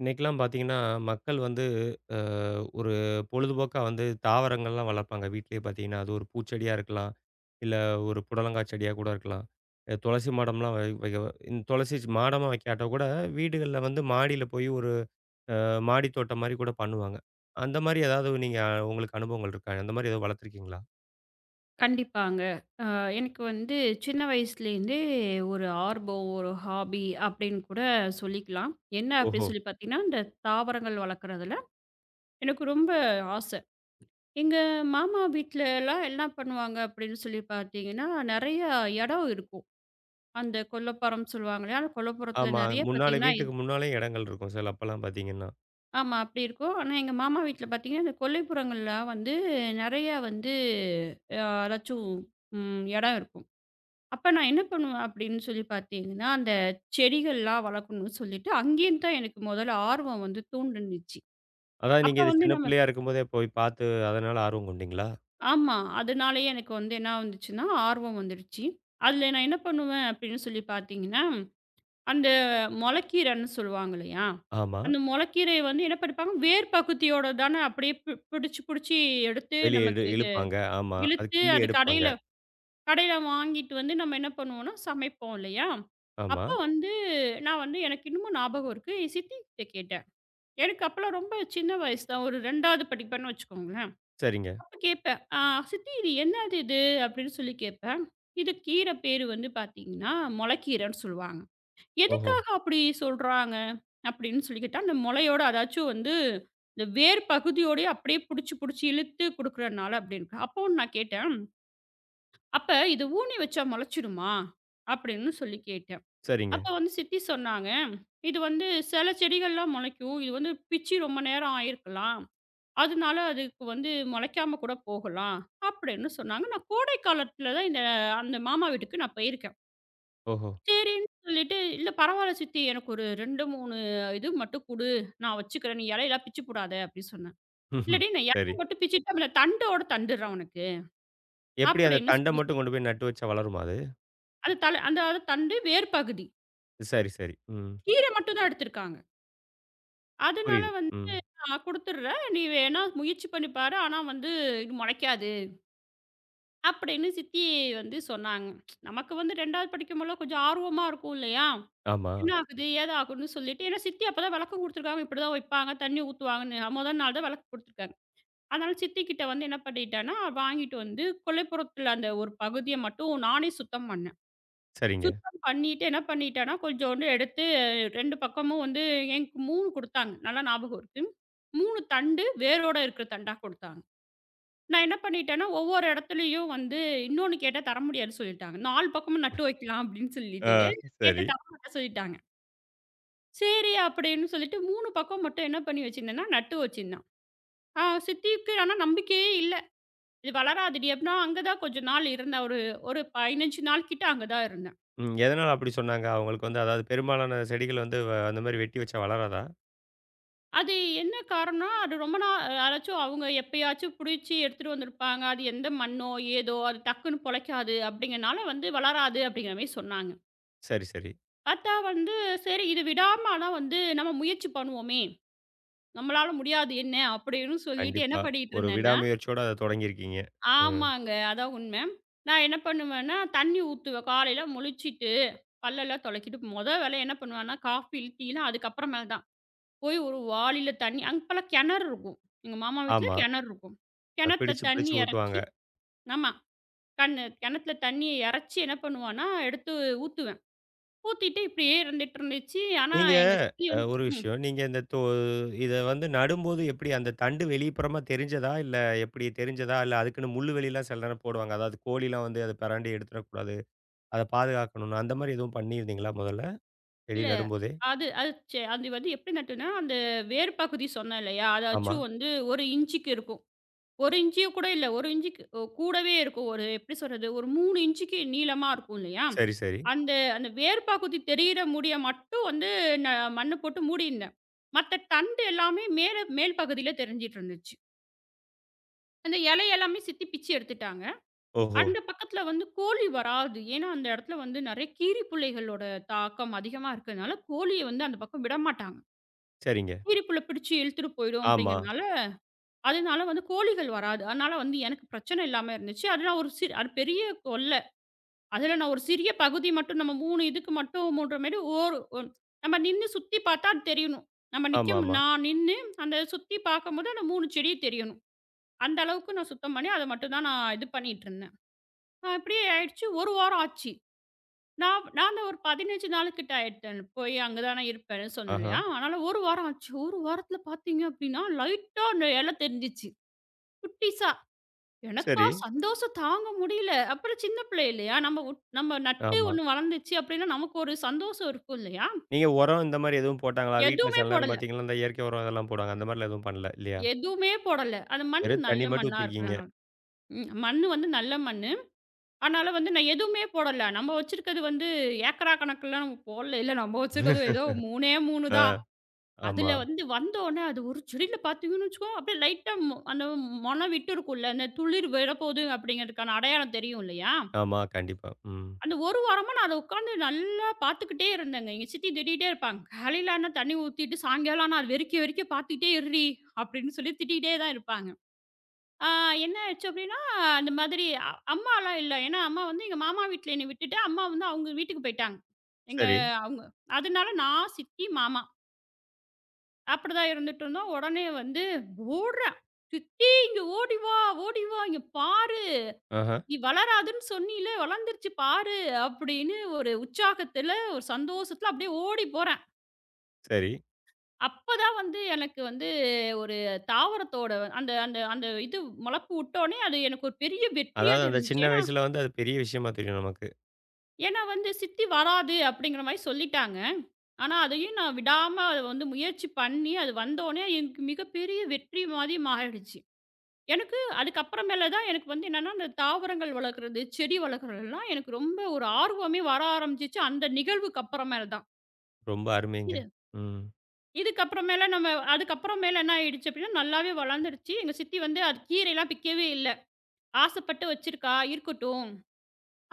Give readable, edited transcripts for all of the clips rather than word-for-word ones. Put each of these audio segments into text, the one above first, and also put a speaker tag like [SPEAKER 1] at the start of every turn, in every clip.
[SPEAKER 1] இன்னைக்கெல்லாம் பார்த்தீங்கன்னா, மக்கள் வந்து அ ஒரு பொழுதுபோக்கா வந்து தாவரங்கள்லாம் வளர்ப்பாங்க. வீட்லயே பார்த்தீங்கன்னா, அது ஒரு பூச்செடியா இருக்கலாம். இல்ல ஒரு புடலங்கா செடியா கூட இருக்கலாம். துளசி மாடம்லாம் வைக்க துளசி மாடமா வைக்காட்டா கூட வீடுகள்ல வந்து மாடியில போய் ஒரு மாடி தோட்டம் மாரி கூட பண்ணுவாங்க. அந்த மாரி ஏதாவது நீங்க உங்களுக்கு அனுபவங்கள் இருக்கா? அந்த மாரி ஏதாவது வளர்த்துருக்கீங்களா?
[SPEAKER 2] கண்டிப்பாங்க. அ எனக்கு வந்து சின்ன வயசுலேருந்தே ஒரு ஆர்வம், ஒரு ஹாபி அப்படின்னு கூட சொல்லிக்கலாம். என்ன
[SPEAKER 1] ஓஹோ!
[SPEAKER 2] அப்படின்னு சொல்லி பார்த்தீங்கன்னா, இந்த தாவரங்கள் வளர்க்குறதுல எனக்கு ரொம்ப ஆசை. எங்க மாமா வீட்லலாம் என்ன பண்ணுவாங்க அப்படின்னு சொல்லி பார்த்தீங்கன்னா, நெறைய இடம் இருக்கும். அந்த கொல்லைப்புறம் சொல்லுவாங்க இல்லையா? அந்த கொல்லைப்புறத்தில
[SPEAKER 1] ஆமா.
[SPEAKER 2] நெறைய
[SPEAKER 1] முன்னால
[SPEAKER 2] பார்த்தீங்கன்னா
[SPEAKER 1] வீட்டுக்கு முன்னாலயும் இடங்கள் இருக்கும். சில அப்பலாம் பார்த்தீங்கன்னா.
[SPEAKER 2] ஆமா, அப்படி இருக்கும். ஆனா எங்க மாமா வீட்ல பார்த்தீங்கன்னா, இந்த கொல்லைப்புறங்கள்லாம் வந்து நெறையா வந்து அ ஏதாச்சும் இடம் இருக்கும். அப்ப நான் என்ன பண்ணுவேன் அப்படின்னு சொல்லி பார்த்தீங்கன்னா, அந்த செடிகள்லாம் வளர்க்கணும்னு சொல்லிட்டு, அங்கேயும் தான் எனக்கு முதல்ல ஆர்வம் வந்து தூண்டுனுச்சு.
[SPEAKER 1] அதாவது
[SPEAKER 2] அப்ப
[SPEAKER 1] நீங்க இது
[SPEAKER 2] வந்து
[SPEAKER 1] சின்ன
[SPEAKER 2] நம்ம
[SPEAKER 1] பிள்ளையா இருக்கும்போதே போய் பார்த்து அதனால ஆர்வம் கொண்டீங்களா?
[SPEAKER 2] ஆமா. அதனாலேயே எனக்கு வந்து என்ன வந்துச்சுன்னா, ஆர்வம் வந்துடுச்சு. அதில நான் என்ன பண்ணுவேன் அப்படின்னு சொல்லி பார்த்தீங்கன்னா, அந்த மொளக்கீரைன்னு சொல்லுவாங்க இல்லையா?
[SPEAKER 1] ஆமா.
[SPEAKER 2] அந்த மொளக்கீரைய வந்து என்ன பண்ணிப்பாங்க, வேர் பகுதியோட தானே அப்படியே பிடிச்சு, பிடிச்சு எடுத்து
[SPEAKER 1] வெளிய
[SPEAKER 2] நமக்கு
[SPEAKER 1] இழுப்பாங்க. ஆமா. அது
[SPEAKER 2] இழுத்து
[SPEAKER 1] கிள்ளி
[SPEAKER 2] அதுக்கு
[SPEAKER 1] எடுப்பாங்க.
[SPEAKER 2] கடையில வாங்கிட்டு வந்து நம்ம என்ன பண்ணுவோம்னா, சமைப்போம் இல்லையா?
[SPEAKER 1] ஆமா.
[SPEAKER 2] அப்போ வந்து நான் வந்து எனக்கு இன்னமும் ஞாபகம் இருக்கு. என் சித்திகிட்ட கேட்டேன். எனக்கு அப்பலாம் ரொம்ப சின்ன வயசு தான். ஒரு 2வது படிப்பேன்னு வச்சுக்கோங்களேன்.
[SPEAKER 1] சரிங்க.
[SPEAKER 2] அப்ப கேட்பேன். "ஆ சித்தி, இது என்னது இது?" அப்படின்னு சொல்லி கேட்பேன். இது கீரை பேரு வந்து பார்த்தீங்கன்னா, மொளக்கீரைன்னு சொல்லுவாங்க.
[SPEAKER 1] ஓஹோ!
[SPEAKER 2] "எதுக்காக அப்படி சொல்றாங்க?" அப்படின்னு சொல்லி கேட்டா, அந்த மொளையோட அதாச்சும் வந்து இந்த வேர் பகுதியோடயே அப்படியே புடிச்சு, புடிச்சு இழுத்து குடுக்குறனால அப்படின்க்கா. அப்போ நான் கேட்டேன். அப்ப "இது ஊனி வச்சா முளைச்சிடுமா?" அப்படின்னு சொல்லி கேட்டேன்.
[SPEAKER 1] சரிங்க.
[SPEAKER 2] அப்ப வந்து சித்தி சொன்னாங்க, "இது வந்து சில செடிகள்லாம் முளைக்கும். இது வந்து பிச்சு ரொம்ப நேரம் ஆயிருக்கலாம். அதனால அதுக்கு வந்து முளைக்காம கூட போகலாம்." அப்படின்னு சொன்னாங்க. நான் கோடை காலத்துல தான் இந்த அந்த மாமா வீட்டுக்கு நான் போயிருக்கேன்.
[SPEAKER 1] ஓஹோ!
[SPEAKER 2] சரின்னு சொல்லிட்டு, "இல்ல பரவால்ல சித்தி. எனக்கு ஒரு 2, 3 இது மட்டும் குடு. நான் வச்சுக்கிறேன். நீ இலையெல்லாம் பிச்சு போடாத." அப்படின்னு சொன்னேன்.
[SPEAKER 1] ம்ஹ்ம்.
[SPEAKER 2] "இல்லடி, நான்
[SPEAKER 1] சரி.
[SPEAKER 2] இலைய மட்டும் பிச்சுட்டு, அந்த தண்டோட தந்துடுறேன் உனக்கு."
[SPEAKER 1] எப்படி அந்த
[SPEAKER 2] அப்படின்னு
[SPEAKER 1] தண்ட
[SPEAKER 2] சொல்லி
[SPEAKER 1] மட்டும் கொண்டு போய் நட்டு வச்சா வளருமா அது?
[SPEAKER 2] அது அந்த தண்டு வேர் பகுதி.
[SPEAKER 1] சரி, சரி. ம்.
[SPEAKER 2] கீரை மட்டும் தான் எடுத்திருக்காங்க. அதனால
[SPEAKER 1] புரியுது. ம்.
[SPEAKER 2] வந்து நான் குடுத்துடுறேன். நீ வேணா முயற்சி பண்ணி பாரு. ஆனா வந்து இது முளைக்காது. அப்படின்னு சித்தி வந்து சொன்னாங்க. நமக்கு வந்து 2வது படிக்கும்போதெல்லாம் கொஞ்சம் ஆர்வமா இருக்கும் இல்லையா?
[SPEAKER 1] ஆமா.
[SPEAKER 2] என்ன ஆகுது? ஏது ஆகுதுன்னு சொல்லிட்டு ஏன்னா சித்தி அப்பதான் விளக்கம் குடுத்துருக்காங்க. இப்படிதான் வைப்பாங்க. தண்ணி ஊத்துவாங்கன்னு. முதல் நாள் தான் விளக்கம் குடுத்துருக்காங்க. அதனால சித்தி கிட்ட வந்து என்ன பண்ணிட்டேன்னா, வாங்கிட்டு வந்து கொல்லைப்புறத்துல அந்த ஒரு பகுதிய மட்டும் நானே சுத்தம் பண்ணேன்.
[SPEAKER 1] சரிங்க.
[SPEAKER 2] பண்ணிட்டு என்ன பண்ணிட்டேன்னா, கொஞ்சோண்டு எடுத்து 2 பக்கமும் வந்து எனக்கு 3 குடுத்தாங்க. நல்லா ஞாபகம் இருக்கு. 3 தண்டு வேரோட இருக்கிற தண்டா குடுத்தாங்க. நான் என்ன பண்ணிட்டேன்னா, ஒவ்வொரு இடத்துலயும் வந்து இன்னொன்னு கேட்டா தர முடியாதுன்னு சொல்லிட்டாங்க. 4 பக்கமும் நட்டு வைக்கலாம் அப்படின்னு
[SPEAKER 1] ஆ
[SPEAKER 2] சொல்லிட்டு, கேட்டா
[SPEAKER 1] சரி.
[SPEAKER 2] தர மாட்டேன்னு சொல்லிட்டாங்க. சரி அப்படின்னு சொல்லிட்டு 3 பக்கம் மட்டும் என்ன பண்ணி வச்சிருந்தேன்னா, நட்டு வச்சிருந்தேன். ஆ, சித்திக்கு ஆனா நம்பிக்கையே இல்ல. இது வளராதுடி அப்படின்னா, அங்க தான் கொஞ்ச நாள் இருந்தேன். ஒரு ஒரு 15 நாள் கிட்ட அங்க தான் இருந்தேன்.
[SPEAKER 1] ம். எதனால அப்படி சொன்னாங்க? அவங்களுக்கு வந்து அதாவது பெரும்பாலான செடிகள் வந்து அந்த மாரி வெட்டி வச்சா வளராதா?
[SPEAKER 2] அது என்ன காரணம்? அது ரொம்ப நாள் யாராச்சும் அவங்க எப்பயாச்சும் புடிச்சு எடுத்துட்டு வந்திருப்பாங்க. அது எந்த மண்ணோ, ஏதோ அது டக்குன்னு பொழைக்காது அப்படிங்கிறனால வந்து வளராது அப்படிங்கிற மாரி சொன்னாங்க.
[SPEAKER 1] சரி, சரி.
[SPEAKER 2] பார்த்தா வந்து சரி, இது விடாம ஆனா வந்து நம்ம முயற்சி பண்ணுவோமே! நம்மளால முடியாது என்ன அப்படின்னு சொல்லிட்டு என்ன
[SPEAKER 1] கண்டிப்பா.
[SPEAKER 2] பண்ணிட்டு
[SPEAKER 1] ஒரு
[SPEAKER 2] இருந்தேன்னா
[SPEAKER 1] விடாமுயற்சியோட அத தொடங்கியிருக்கீங்க. ம்.
[SPEAKER 2] ஆமாங்க. அதான் உண்ம. நான் என்ன பண்ணுவேன்னா, தண்ணி ஊத்துவேன். காலையில முழிச்சிட்டு, பல்லெல்லாம் துலக்கிட்டு மொத வேலையா என்ன பண்ணுவேன்னா, காஃபி, டீலாம் அதுக்கப்புறமேல் தான். போய் ஒரு வாளியில தண்ணி அப்பலாம் கிணறு இருக்கும். எங்க மாமா வீட்ல
[SPEAKER 1] ஆமா.
[SPEAKER 2] கிணறு இருக்கும். கிணத்துல
[SPEAKER 1] பிடிச்சு,
[SPEAKER 2] தண்ணி
[SPEAKER 1] பிடிச்சு ஊத்துவாங்க.
[SPEAKER 2] இறச்சி ஆமா. கண் கிணத்துல தண்ணிய இறச்சி என்ன பண்ணுவான்னா, எடுத்து ஊத்துவேன். ஊத்திட்டு இப்படியே இருந்துட்டு இருந்துச்சு. ஆனா
[SPEAKER 1] நீங்க
[SPEAKER 2] எங்க சித்தி வந்து
[SPEAKER 1] ஒரு
[SPEAKER 2] ம்.
[SPEAKER 1] விஷயம். நீங்க இந்த இத வந்து நடும்போது எப்படி அந்த தண்டு வெளிப்புறமா தெரிஞ்சதா? இல்ல எப்படி தெரிஞ்சதா? இல்ல அதுக்குன்னு முள்ளுவலிலாம் சில நேரம் போடுவாங்க. அதாவது கோழிலாம் வந்து அத பெரண்டி எடுத்துறக்கூடாது. அத பாதுகாக்கணும்னு. அந்த மாரி எதுவும் பண்ணியிருந்தீங்களா முதல்ல? செடி
[SPEAKER 2] இல்ல
[SPEAKER 1] நடும்போதே?
[SPEAKER 2] அது அது சே அது வந்து எப்படி நட்டுன்னா, அந்த வேர் பகுதி சொன்னேன் இல்லையா?
[SPEAKER 1] ஆமா.
[SPEAKER 2] அதாச்சும் வந்து 1 இன்ச்சுக்கு இருக்கும். 1 இன்ச்சியும் கூட இல்ல. 1 இன்ச்சுக்கு கூடவே இருக்கும். ஒரு எப்படி சொல்றது? ஒரு 3 இன்ச்சுக்கு நீளமா இருக்கும் இல்லையா?
[SPEAKER 1] சரி, சரி.
[SPEAKER 2] அந்த அந்த வேர் பாக்குத்தி தெரியிற முடிய மட்டும் வந்து நான் மண்ணு போட்டு மூடியிருந்தேன். மத்த தண்டு எல்லாமே மேல் பகுதியில தெரிஞ்சிட்டு இருந்துச்சு. அந்த இலை எல்லாமே சித்தி பிச்சு எடுத்துட்டாங்க.
[SPEAKER 1] ஓஹோ!
[SPEAKER 2] அந்த பக்கத்துல வந்து கோழி வராது. ஏன்னா, அந்த இடத்துல வந்து நெறைய கீரிப்புள்ளைகளோட தாக்கம் அதிகமா இருக்கிறதுனால, கோழிய வந்து அந்த பக்கம் விடமாட்டாங்க.
[SPEAKER 1] சரிங்க.
[SPEAKER 2] கீரிப்புள்ள பிடிச்சு இழுத்துட்டு போயிடும்
[SPEAKER 1] ஆமா.
[SPEAKER 2] அப்படிங்கிறதுனால அதனால வந்து கோழிகள் வராது. அதனால வந்து எனக்கு பிரச்சனை இல்லாம இருந்துச்சு. அது நான் ஒரு சி அது பெரிய கொல்ல. அதுல நான் ஒரு சிறிய பகுதி மட்டும் நம்ம 3 இதுக்கு மட்டும் மூடுற மாரி ஒரு நம்ம நின்னு சுத்தி பார்த்தா அது தெரியணும். நம்ம நிக்க
[SPEAKER 1] ஆமாமா.
[SPEAKER 2] நான் நின்னு அந்த சுத்தி பார்க்கும்போது அந்த 3 செடி தெரியணும். அந்த அளவுக்கு நான் சுத்தம் பண்ணி அத மட்டும் தான் நான் இது பண்ணிட்டு இருந்தேன். அப்படியே ஆயிடுச்சு. ஒரு வாரம் ஆச்சு. நான் நான் அந்த ஒரு 15 நாளுக்கிட்ட ஆயிட்டேன். போய் அங்க தானே இருப்பேன்னு சொன்னேன்
[SPEAKER 1] ஆஹா.
[SPEAKER 2] இல்லையா? அதனால 1 வாரம் ஆச்சு. 1 வாரத்துல பார்த்தீங்க அப்படின்னா, லைட்டா அந்த இல தெரிஞ்சுச்சு. குட்டிஸா. எனக்கா
[SPEAKER 1] சரி.
[SPEAKER 2] சந்தோஷம் தாங்க முடியல. அப்புறம் சின்ன பிள்ளை இல்லையா? நம்ம நம்ம நட்டு
[SPEAKER 1] ஆமா.
[SPEAKER 2] ஒண்ணு வளர்ந்துச்சு அப்படின்னா, நமக்கு ஒரு சந்தோஷம் இருக்கும் இல்லையா?
[SPEAKER 1] நீங்க உரம் இந்த மாரி எதுவும் போட்டாங்களா? வீட்ல
[SPEAKER 2] எதுவுமே
[SPEAKER 1] சில நேரம்
[SPEAKER 2] போடல,
[SPEAKER 1] பார்த்தீங்கன்னா, இந்த இயற்கை உரம் இதெல்லாம் போடுவாங்க. அந்த மாரிலாம் எதுவும் பண்ணல இல்லையா?
[SPEAKER 2] எதுவுமே போடல. அந்த மண்ணு
[SPEAKER 1] வெறும்
[SPEAKER 2] நல்ல
[SPEAKER 1] தண்ணி மட்டும்
[SPEAKER 2] மண்ணா
[SPEAKER 1] ஊத்திருக்கீங்க.
[SPEAKER 2] இருக்கிறனால. ம். மண்ணு வந்து நல்ல மண்ணு. அதனால வந்து நான் எதுவுமே போடல. நம்ம வச்சிருக்கிறது வந்து ஏக்கரா கணக்கெல்லாம் நம்ம போடல. இல்ல நம்ம வச்சிருக்கிறது ஏதோ 3ஏ 3
[SPEAKER 1] ஆ.
[SPEAKER 2] தான். அதுல
[SPEAKER 1] ஆமா.
[SPEAKER 2] வந்து வந்தோனே அது ஒரு செடியில பார்த்தீங்கன்னு வச்சுக்கோ, அப்படியே லைட்டா அந்த மொன விட்டு இருக்கும்ல. அந்த துளிர் விழப்போகுது அப்படிங்கிறதுக்கான அடையாளம் தெரியும் இல்லையா?
[SPEAKER 1] ஆமா. கண்டிப்பா. ம்.
[SPEAKER 2] அந்த ஒரு வாரமா நான் அத உட்காந்து நல்லா பார்த்துக்கிட்டே இருந்தேங்க. எங்க சித்தி திட்டிட்டே இருப்பாங்க. "காலையில ஆனா தண்ணி ஊத்திட்டு, சாயங்காலம் ஆனா அது வெறிக்க வெறிக்க பார்த்துக்கிட்டே இருடி" அப்படின்னு சொல்லி திட்டிட்டே தான் இருப்பாங்க. ஆ, என்ன ஆச்சு அப்படின்னா, அந்த மாதிரி அம்மாலாம் இல்ல. ஏன்னா அம்மா வந்து எங்க மாமா வீட்ல என்னை விட்டுட்டு, அம்மா வந்து அவங்க வீட்டுக்கு போயிட்டாங்க. எங்க
[SPEAKER 1] சரி.
[SPEAKER 2] அவங்க அதனால நான், சித்தி, மாமா அப்படிதான் இருந்துட்டு இருந்தோம். உடனே வந்து ஓடுறா, "சித்தி இங்க ஓடி வா, ஓடி வா, இங்க பாரு,
[SPEAKER 1] ஆஹா.
[SPEAKER 2] நீ வளராதுன்னு சொன்னீல, வளர்ந்துருச்சு பாரு" அப்படின்னு ஒரு உற்சாகத்துல, ஒரு சந்தோஷத்துல அப்படியே ஓடி போறேன்.
[SPEAKER 1] சரி.
[SPEAKER 2] அப்பதான் வந்து எனக்கு வந்து ஒரு தாவரத்தோட வ- அந்த அந்த அந்த இது முளப்பு விட்டோனே, அது எனக்கு ஒரு பெரிய வெற்றியா
[SPEAKER 1] அதாவது அந்த
[SPEAKER 2] தெரிஞ்சுச்சு.
[SPEAKER 1] சின்ன
[SPEAKER 2] ஏன்னா
[SPEAKER 1] வயசுல வந்து அது பெரிய விஷயமா தெரியும் நமக்கு.
[SPEAKER 2] ஏன்னா வந்து சித்தி வராது அப்படிங்கிற மாரி சொல்லிட்டாங்க. ஆனா அதையும் நான் விடாம அத வந்து முயற்சி பண்ணி, அது வந்தோனே எனக்கு மிகப்பெரிய வெற்றி மாரி மாறிடுச்சு. எனக்கு அதுக்கப்புறமேல தான் எனக்கு வந்து என்னன்னா, அந்த தாவரங்கள் வளர்க்குறது, செடி வளர்க்குறதுலாம் எனக்கு ரொம்ப ஒரு ஆர்வமே வர ஆரம்பிச்சுச்சு, அந்த நிகழ்வுக்கு அப்புறமேல தான்.
[SPEAKER 1] ரொம்ப அருமைங்க.
[SPEAKER 2] இது
[SPEAKER 1] ம்.
[SPEAKER 2] இதுக்கப்புறமேல நம்ம அதுக்கப்புறமேல என்ன ஆயிடுச்சு அப்டின்னா, நல்லாவே வளர்ந்துடுச்சு. எங்க சித்தி வந்து அது கீரைலாம் பிக்கவே இல்ல. ஆசைப்பட்டு வச்சிருக்கா, இருக்கட்டும்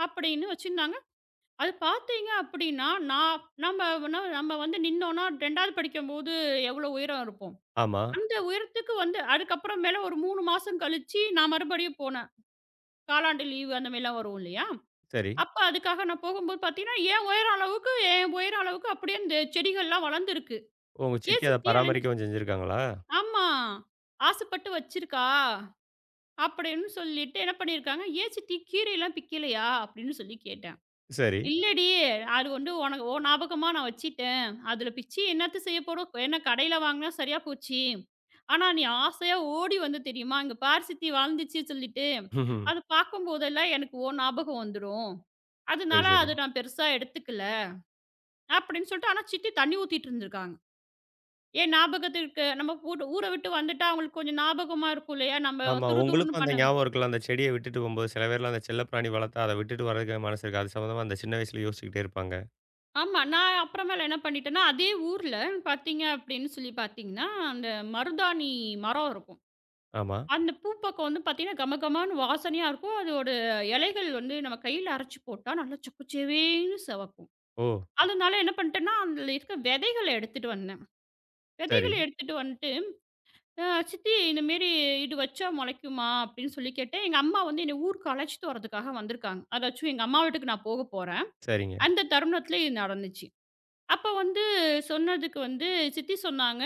[SPEAKER 2] அப்படின்னு வச்சிருந்தாங்க. அது பார்த்தீங்க அப்படின்னா, நான் நம்ம நம்ம வந்து நின்னோம்னா 2வது படிக்கும்போது எவ்வளோ உயரம் இருப்போம்.
[SPEAKER 1] ஆமா.
[SPEAKER 2] அந்த உயரத்துக்கு வந்து அதுக்கப்புறம் மேல ஒரு 3 மாசம் கழிச்சு நான் மறுபடியும் போனேன். காலாண்டு லீவு அந்த மாரிலாம் வரும் இல்லையா?
[SPEAKER 1] சரி.
[SPEAKER 2] அப்ப அதுக்காக நான் போகும்போது பார்த்தீங்கன்னா, என் உயரம் அளவுக்கு என் உயரம் அளவுக்கு அப்படியே இந்த செடிகள்லாம் வளர்ந்துருக்கு.
[SPEAKER 1] உங்க
[SPEAKER 2] "ஏன்
[SPEAKER 1] சித்தி அத
[SPEAKER 2] சித்தி அதுலருந்து"
[SPEAKER 1] பராமரிக்கவும் செஞ்சிருக்காங்களா?
[SPEAKER 2] ஆமா. "ஆசைப்பட்டு வச்சிருக்கா?" அப்படின்னு சொல்லிட்டு என்ன பண்ணியிருக்காங்க, "ஏன் சித்தி கீரைலாம் பிக்கலையா?" அப்படின்னு சொல்லி கேட்டேன்.
[SPEAKER 1] சரி.
[SPEAKER 2] "இல்லடி, அது வந்து உனக்கு உன் ஞாபகமா நான் வச்சுட்டேன். அதுல பிச்சு என்னத்த செய்ய போறோம்? என்ன கடையில வாங்குனா சரியா போச்சு. ஆனா நீ ஆசையா ஓடி வந்த தெரியுமா? இங்க பாரு சித்தி வளர்ந்துச்சு சொல்லிட்டு.
[SPEAKER 1] ம்ஹ்ம்.
[SPEAKER 2] அது பார்க்கும்போதெல்லாம் எனக்கு உன் ஞாபகம் வந்துரும்.
[SPEAKER 1] சரி,
[SPEAKER 2] அதனால
[SPEAKER 1] சரி.
[SPEAKER 2] அத நான் பெருசா எடுத்துக்கல." அப்படின்னு சொல்லிட்டு, ஆனா சித்தி தண்ணி ஊத்திட்டு இருந்திருக்காங்க. ஏன் ஞாபகத்திற்கு நம்ம ஊர விட்டு வந்துட்டா அவங்களுக்கு கொஞ்சம் ஞாபகமா இருக்கும் இல்லையா? நம்ம
[SPEAKER 1] ஆமா. உங்களுக்கும்
[SPEAKER 2] துருதுருன்னு
[SPEAKER 1] அந்த
[SPEAKER 2] பண்ணவே
[SPEAKER 1] ஞாபகம் இருக்குல்ல. அந்த செடிய விட்டுட்டு போம்போது சில பேர்லாம் அந்த செல்லப்பிராணி வளர்த்தா அத விட்டுட்டு வர்றதுக்கே மனசு இருக்காது. அது சம்மந்தமா அந்த சின்ன வயசுல யோசிச்சுக்கிட்டே இருப்பாங்க.
[SPEAKER 2] ஆமா. நான் அப்புறமேல என்ன பண்ணிட்டேன்னா, அதே ஊர்ல பார்த்தீங்க அப்படின்னு சொல்லி பார்த்தீங்கன்னா, அந்த மருதாணி மரம் இருக்கும்.
[SPEAKER 1] ஆமா.
[SPEAKER 2] அந்த பூ பக்கம் வந்து பார்த்தீங்கன்னா, கமகமான்னு வாசனையா இருக்கும். அதோட இலைகள் வந்து நம்ம கையில அரைச்சு போட்டா நல்லா சொக்குச்சேவேன்னு சிவக்கும்.
[SPEAKER 1] ஓ!
[SPEAKER 2] அதனால என்ன பண்ணிட்டேன்னா, அதில இருக்க விதைகள எடுத்துட்டு வந்தேன்.
[SPEAKER 1] சரி.
[SPEAKER 2] விதைகள எடுத்துட்டு வந் ஆ சித்தி, இந்தமாரி இது வச்சா முளைக்குமா? அப்படின்னு சொல்லி கேட்டேன். எங்க அம்மா வந்து என்ன ஊருக்கு அழைச்சிட்டு வரதுக்காக வந்திருக்காங்க. அதாச்சும் எங்க அம்மா வீட்டுக்கு நான் போக போறேன்.
[SPEAKER 1] சரிங்க.
[SPEAKER 2] அந்த தருணத்தில இது நடந்துச்சு. அப்ப வந்து சொன்னதுக்கு வந்து சித்தி சொன்னாங்க,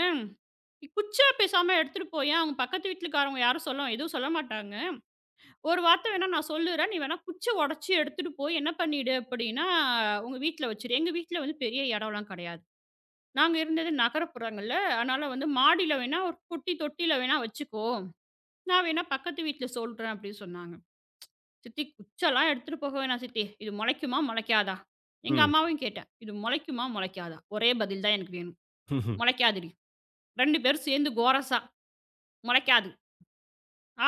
[SPEAKER 2] "குச்சா பேசாம எடுத்துட்டு போயேன். அவங்க பக்கத்து வீட்டுக்காரவங்க யாரும் சொல்ல எதுவும் சொல்ல மாட்டாங்க. ஒரு வார்த்தை வேணா நான் சொல்லுறேன். நீ வேணா குச்ச உடைச்சு எடுத்துட்டு போய் என்ன பண்ணிடு அப்படின்னா, உங்க வீட்ல வச்சுரு." எங்க வீட்ல வந்து பெரிய இடம்லாம் கிடையாது. நாங்க இருந்தது நகரப்புறங்கள்ல. அதனால வந்து மாடியில வேணா ஒரு குட்டி தொட்டியில வேணா வச்சுக்கோ. நான் வேணா பக்கத்து வீட்ல சொல்றேன் அப்படின்னு சொன்னாங்க. சித்தி, குச்செல்லாம் எடுத்துட்டு போக வேணாம் சித்தி. இது முளைக்குமா? முளைக்காதா? எங்க
[SPEAKER 1] ம்.
[SPEAKER 2] அம்மாவையும் கேட்டேன். இது முளைக்குமா? முளைக்காதா? ஒரே பதில் தான் எனக்கு வேணும். முளைக்காதுடி. 2 பேரும் சேர்ந்து கோரசா முளைக்காது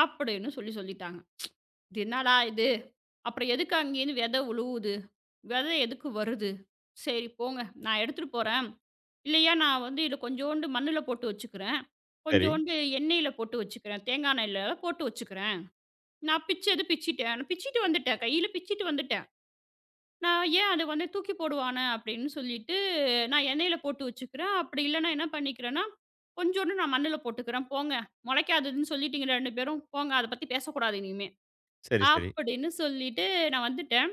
[SPEAKER 2] அப்படின்னு சொல்லி சொல்லிட்டாங்க. இது என்னடா இது? அப்புறம் எதுக்கு அங்கேருந்து விதை உழுவுது? விதை எதுக்கு வருது? சரி போங்க. நான் எடுத்துட்டு போறேன். இல்லையா நான் வந்து இத கொஞ்சோண்டு மண்ணுல போட்டு வச்சுக்கிறேன்.
[SPEAKER 1] சரி.
[SPEAKER 2] கொஞ்சோண்டு எண்ணெயில போட்டு வச்சுக்கிறேன். தேங்காய் எண்ணெயில போட்டு வச்சுக்கிறேன். நான் பிச்சது பிச்சிட்டேன். நான் பிச்சிட்டு வந்துட்டேன். கையில பிச்சிட்டு வந்துட்டேன். நான் ஏன் அத வந்து தூக்கி போடுவானே அப்படின்னு சொல்லிட்டு, நான் எண்ணெயில போட்டு வச்சுக்கிறேன். அப்படி இல்லன்னா என்ன பண்ணிக்கிறேன்னா, கொஞ்சோண்டு நான் மண்ணுல போட்டுக்கிறேன். போங்க, முளைக்காதுன்னு சொல்லிட்டீங்க 2 பேரும். போங்க அத பத்தி பேசக்கூடாது இனிமே.
[SPEAKER 1] சரி, சரி.
[SPEAKER 2] அப்படின்னு சொல்லிட்டு நான் வந்துட்டேன்.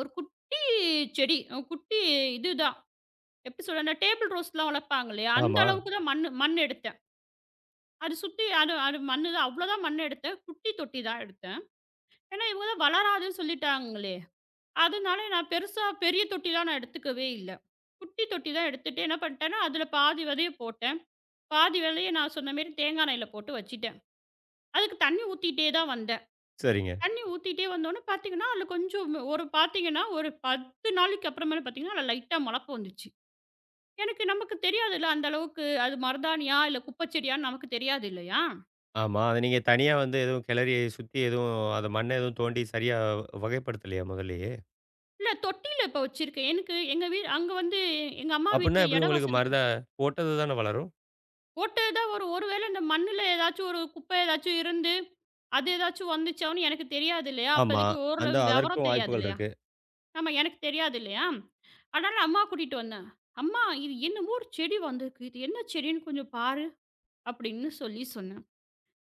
[SPEAKER 2] ஒரு குட்டி செடி, ஒரு குட்டி இதுதான் எப்படி சொல்றது, அந்த டேபிள் ரோஸ்லாம் வளர்ப்பாங்க இல்லையா? அந்த
[SPEAKER 1] ஆமா.
[SPEAKER 2] அளவுக்கு தான் மண் எடுத்தேன். அது சுத்தி அது அது மண்ணு தான் அவ்வளோதான் மண் எடுத்தேன். குட்டி தொட்டி தான் எடுத்தேன். ஏன்னா இவங்க தான் வளராதுன்னு சொல்லிட்டாங்களே! அதனால நான் பெருசா பெரிய தொட்டிலாம் நான் எடுத்துக்கவே இல்ல. குட்டி தொட்டி தான் எடுத்துட்டு என்ன பண்ணிட்டேன்னா, அதில பாதி விதைய போட்டேன். பாதி விதைய நான் சொன்ன மாரி தேங்காய் எண்ணெயில போட்டு வச்சுட்டேன். அதுக்கு தண்ணி ஊத்திட்டே தான் வந்தேன்.
[SPEAKER 1] சரிங்க.
[SPEAKER 2] தண்ணி ஊத்திட்டே வந்தோனே பார்த்தீங்கன்னா, அதில கொஞ்சம் ஒரு பார்த்தீங்கன்னா, ஒரு 10 நாளைக்கு அப்புறமேல பார்த்தீங்கன்னா, அதில லைட்டா மொளப்பு வந்துச்சு. எனக்கு நமக்கு தெரியாதுல்ல அந்த அளவுக்கு அது மருதாணியா, இல்ல குப்பைச்செடியான்னு நமக்கு தெரியாது இல்லையா?
[SPEAKER 1] ஆமா. அத நீங்க தனியா வந்து எதுவும் கிளறி சுத்தி எதுவும் அத மண்ண எதுவும் தோண்டி சரியா வகைப்படுத்தலையா முதல்லயே?
[SPEAKER 2] இல்ல தொட்டியில இப்ப வச்சிருக்கேன். எனக்கு எங்க வீ அங்க வந்து எங்க அம்மா
[SPEAKER 1] அப்புட்ன்னா
[SPEAKER 2] வீட்ல
[SPEAKER 1] எப்படி
[SPEAKER 2] இட
[SPEAKER 1] உங்களுக்கு
[SPEAKER 2] வசதி
[SPEAKER 1] போட்டது தானே வளரும்?
[SPEAKER 2] போட்டது தான் வரும். ஒருவேள இந்த மண்ணுல ஏதாச்சும் ஒரு குப்பை ஏதாச்சும் இருந்து, அது ஏதாச்சும் வந்துச்சான்னு எனக்கு தெரியாது இல்லையா?
[SPEAKER 1] ஆமா.
[SPEAKER 2] அப்போதைக்கு
[SPEAKER 1] அந்த
[SPEAKER 2] ஓரளவு விவரம்
[SPEAKER 1] அதற்கும்
[SPEAKER 2] தெரியாது
[SPEAKER 1] வாய்ப்புகள்
[SPEAKER 2] இல்லையா?
[SPEAKER 1] இருக்கு.
[SPEAKER 2] ஆமா எனக்கு தெரியாது இல்லையா? அதனால அம்மா கூட்டிட்டு வந்தேன். "அம்மா, இது என்னமோ ஒரு செடி வந்திருக்கு. இது என்ன செடின்னு கொஞ்சம் பாரு" அப்படின்னு சொல்லி சொன்னேன்.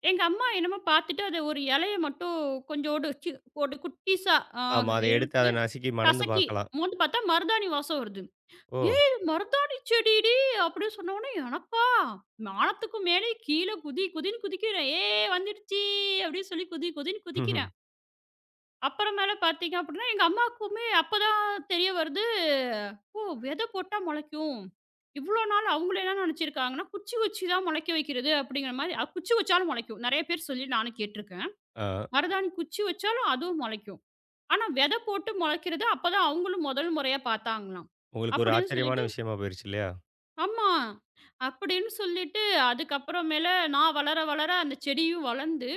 [SPEAKER 2] எங்க அம்மா என்னமோ பார்த்துட்டு அத ஒரு இலைய மட்டும் கொஞ்சோண்டு ஒரு குட்டிஸா ஆ
[SPEAKER 1] ஆமா. அத எடுத்து அத
[SPEAKER 2] எடுத்து
[SPEAKER 1] நசுக்கி மணந்து
[SPEAKER 2] கசக்கி
[SPEAKER 1] பார்க்கலாம்.
[SPEAKER 2] மோந்து பார்த்தா மருதாணி வாசம் வருது.
[SPEAKER 1] ஓ!
[SPEAKER 2] ஏய் மருதாணி செடிடி! அப்படின்னு சொன்னவுனே, எனக்கா? வானத்துக்கு மேலே கீழ குதி குதின்னு குதிக்கிறேன். ஏ வந்துடுச்சு அப்படின்னு சொல்லி குதி குதின்னு குதிக்கிறேன். அப்புறமேல பார்த்தீங்க அப்படின்னா, எங்க அம்மாவுக்குமே அப்பதான் தெரிய வருது, ஓ! விதை போட்டா முளைக்கும். இவ்வளோ நாள் அவுங்களே என்ன நினைச்சிருக்காங்கன்னா, குச்சி வச்சு தான் முளைக்க வைக்கிறது அப்படிங்கிற மாரி குச்சி வச்சாலும் முளைக்கும். நெறைய பேர் சொல்லி நானும் கேட்டுருக்கேன்.
[SPEAKER 1] ஆ.
[SPEAKER 2] மருதாணி குச்சி வச்சாலும் அதுவும் முளைக்கும். ஆனா விதை போட்டு முளைக்கிறது அப்பதான் அவுங்களும் முதல் முறையா பார்த்தாங்களாம்.
[SPEAKER 1] உங்களுக்கு ஒரு
[SPEAKER 2] அப்படின்னு சொல்லிட்டு
[SPEAKER 1] ஆச்சரியமான விஷயமா போயிருச்சு இல்லையா?
[SPEAKER 2] ஆமா. அப்படின்னு சொல்லிட்டு, அதுக்கப்புறமேல நான் வளர, வளர அந்த செடியும் வளர்ந்து,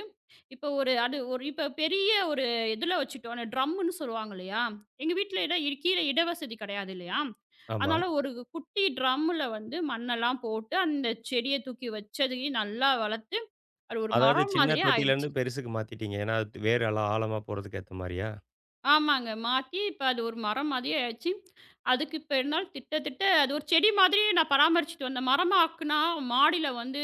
[SPEAKER 2] இப்போ ஒரு அது ஒரு இப்போ பெரிய ஒரு இதில வச்சுட்டோம். அந்த ட்ரம்முன்னு சொல்லுவாங்க இல்லையா? எங்க வீட்ல இடம் இ கீழ இடவசதி கிடையாது இல்லையா?
[SPEAKER 1] ஆமா.
[SPEAKER 2] அதனால ஒரு குட்டி ட்ரம்முல வந்து மண்ணெல்லாம் போட்டு, அந்த செடிய தூக்கி வச்சதையும் நல்லா வளர்த்து, அது ஒரு
[SPEAKER 1] அதாவது
[SPEAKER 2] மரம்
[SPEAKER 1] சின்ன
[SPEAKER 2] மாதிரியே
[SPEAKER 1] தொட்டியிலேருந்து
[SPEAKER 2] ஆயிடுச்சு.
[SPEAKER 1] பெருசுக்கு மாத்திட்டீங்க. ஏன்னா, அது வேர் எல்லாம் ஆழமா போறதுக்கு ஏத்த மாரியா?
[SPEAKER 2] ஆமாங்க. மாத்தி இப்ப அது ஒரு மரம் மாதிரியே ஆயிடுச்சு. அதுக்கு இப்ப இருந்தாலும் திட்ட, திட்ட அது ஒரு செடி மாதிரியே நான் பராமரிச்சுட்டு வந்தேன். மரமாக்குனா மாடியில வந்து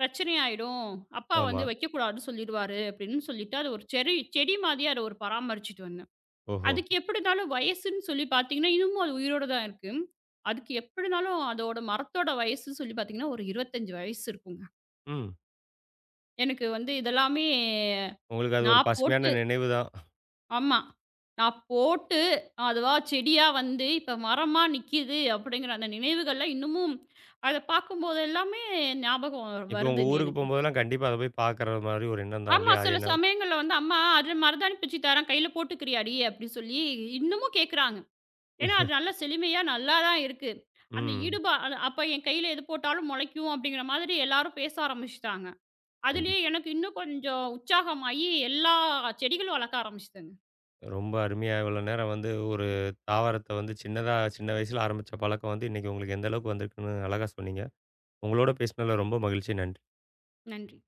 [SPEAKER 2] பிரச்சனையாயிடும். அப்பா வந்து
[SPEAKER 1] ஆமா.
[SPEAKER 2] வைக்கக்கூடாதுன்னு சொல்லிருவாரு அப்படின்னு சொல்லிட்டு, அது ஒரு செடி மாதிரியா அத ஒரு பராமரிச்சுட்டு வந்தேன்.
[SPEAKER 1] ஓஹோ!
[SPEAKER 2] அதுக்கு எப்படினாலும் வயசுன்னு சொல்லி பார்த்தீங்கன்னா, இன்னமும் அது உயிரோட தான் இருக்கு. அதுக்கு எப்படினாலும் அதோட மரத்தோட வயசுன்னு சொல்லி பார்த்தீங்கன்னா, ஒரு 25 வயசு இருக்குங்க.
[SPEAKER 1] ம்.
[SPEAKER 2] எனக்கு வந்து இதெல்லாமே
[SPEAKER 1] உங்களுக்கு அது ஒரு
[SPEAKER 2] நான்
[SPEAKER 1] பசுமையான
[SPEAKER 2] போட்டு
[SPEAKER 1] நினைவு தான்.
[SPEAKER 2] ஆமா. நான் போட்டு அதுவா செடியா வந்து இப்ப மரமா நிக்கிது அப்படிங்கிற அந்த நினைவுகள்லாம் இன்னமும் அத பார்க்கும்போது எல்லாமே ஞாபகம்
[SPEAKER 1] இப்போ உங்க
[SPEAKER 2] வருதுங்க
[SPEAKER 1] ஊருக்கு
[SPEAKER 2] எனக்கு.
[SPEAKER 1] போம்போதெல்லாம் கண்டிப்பா அத போய் பார்க்குற மாரி ஒரு எண்ணம் தான்
[SPEAKER 2] ஆமா.
[SPEAKER 1] இல்லையா? அது
[SPEAKER 2] சில
[SPEAKER 1] என்ன
[SPEAKER 2] சமயங்கள்ல வந்து, "அம்மா அதுல மருதாணி பிச்சு தரேன். கையில போட்டுக்கிறியாடி?" அப்படி சொல்லி இன்னமும் கேட்குறாங்க. ஏன்னா, அது நல்லா செழுமையா நல்லா தான் இருக்கு. அந்த
[SPEAKER 1] ம்.
[SPEAKER 2] ஈடுபா அது அப்ப என் கையில எது போட்டாலும் முளைக்கும் அப்படிங்கிற மாதிரி எல்லாரும் பேச ஆரம்பிச்சுட்டாங்க. அதுலயே
[SPEAKER 1] கண்டிப்பா.
[SPEAKER 2] எனக்கு இன்னும் கொஞ்சம் உற்சாகமாயி எல்லா செடிகளும் வளர்க்க ஆரம்பிச்சுட்டேங்க.
[SPEAKER 1] ரொம்ப அருமையா இவ்வளோ நேரம் வந்து ஒரு தாவரத்த வந்து சின்னதா சின்ன வயசுல ஆரம்பிச்ச பழக்கம் வந்து இன்னைக்கு உங்களுக்கு எந்த அளவுக்கு வந்திருக்குன்னு அழகா சொன்னீங்க. உங்களோட பேசினதுல ரொம்ப மகிழ்ச்சி. நன்றி.
[SPEAKER 2] நன்றி.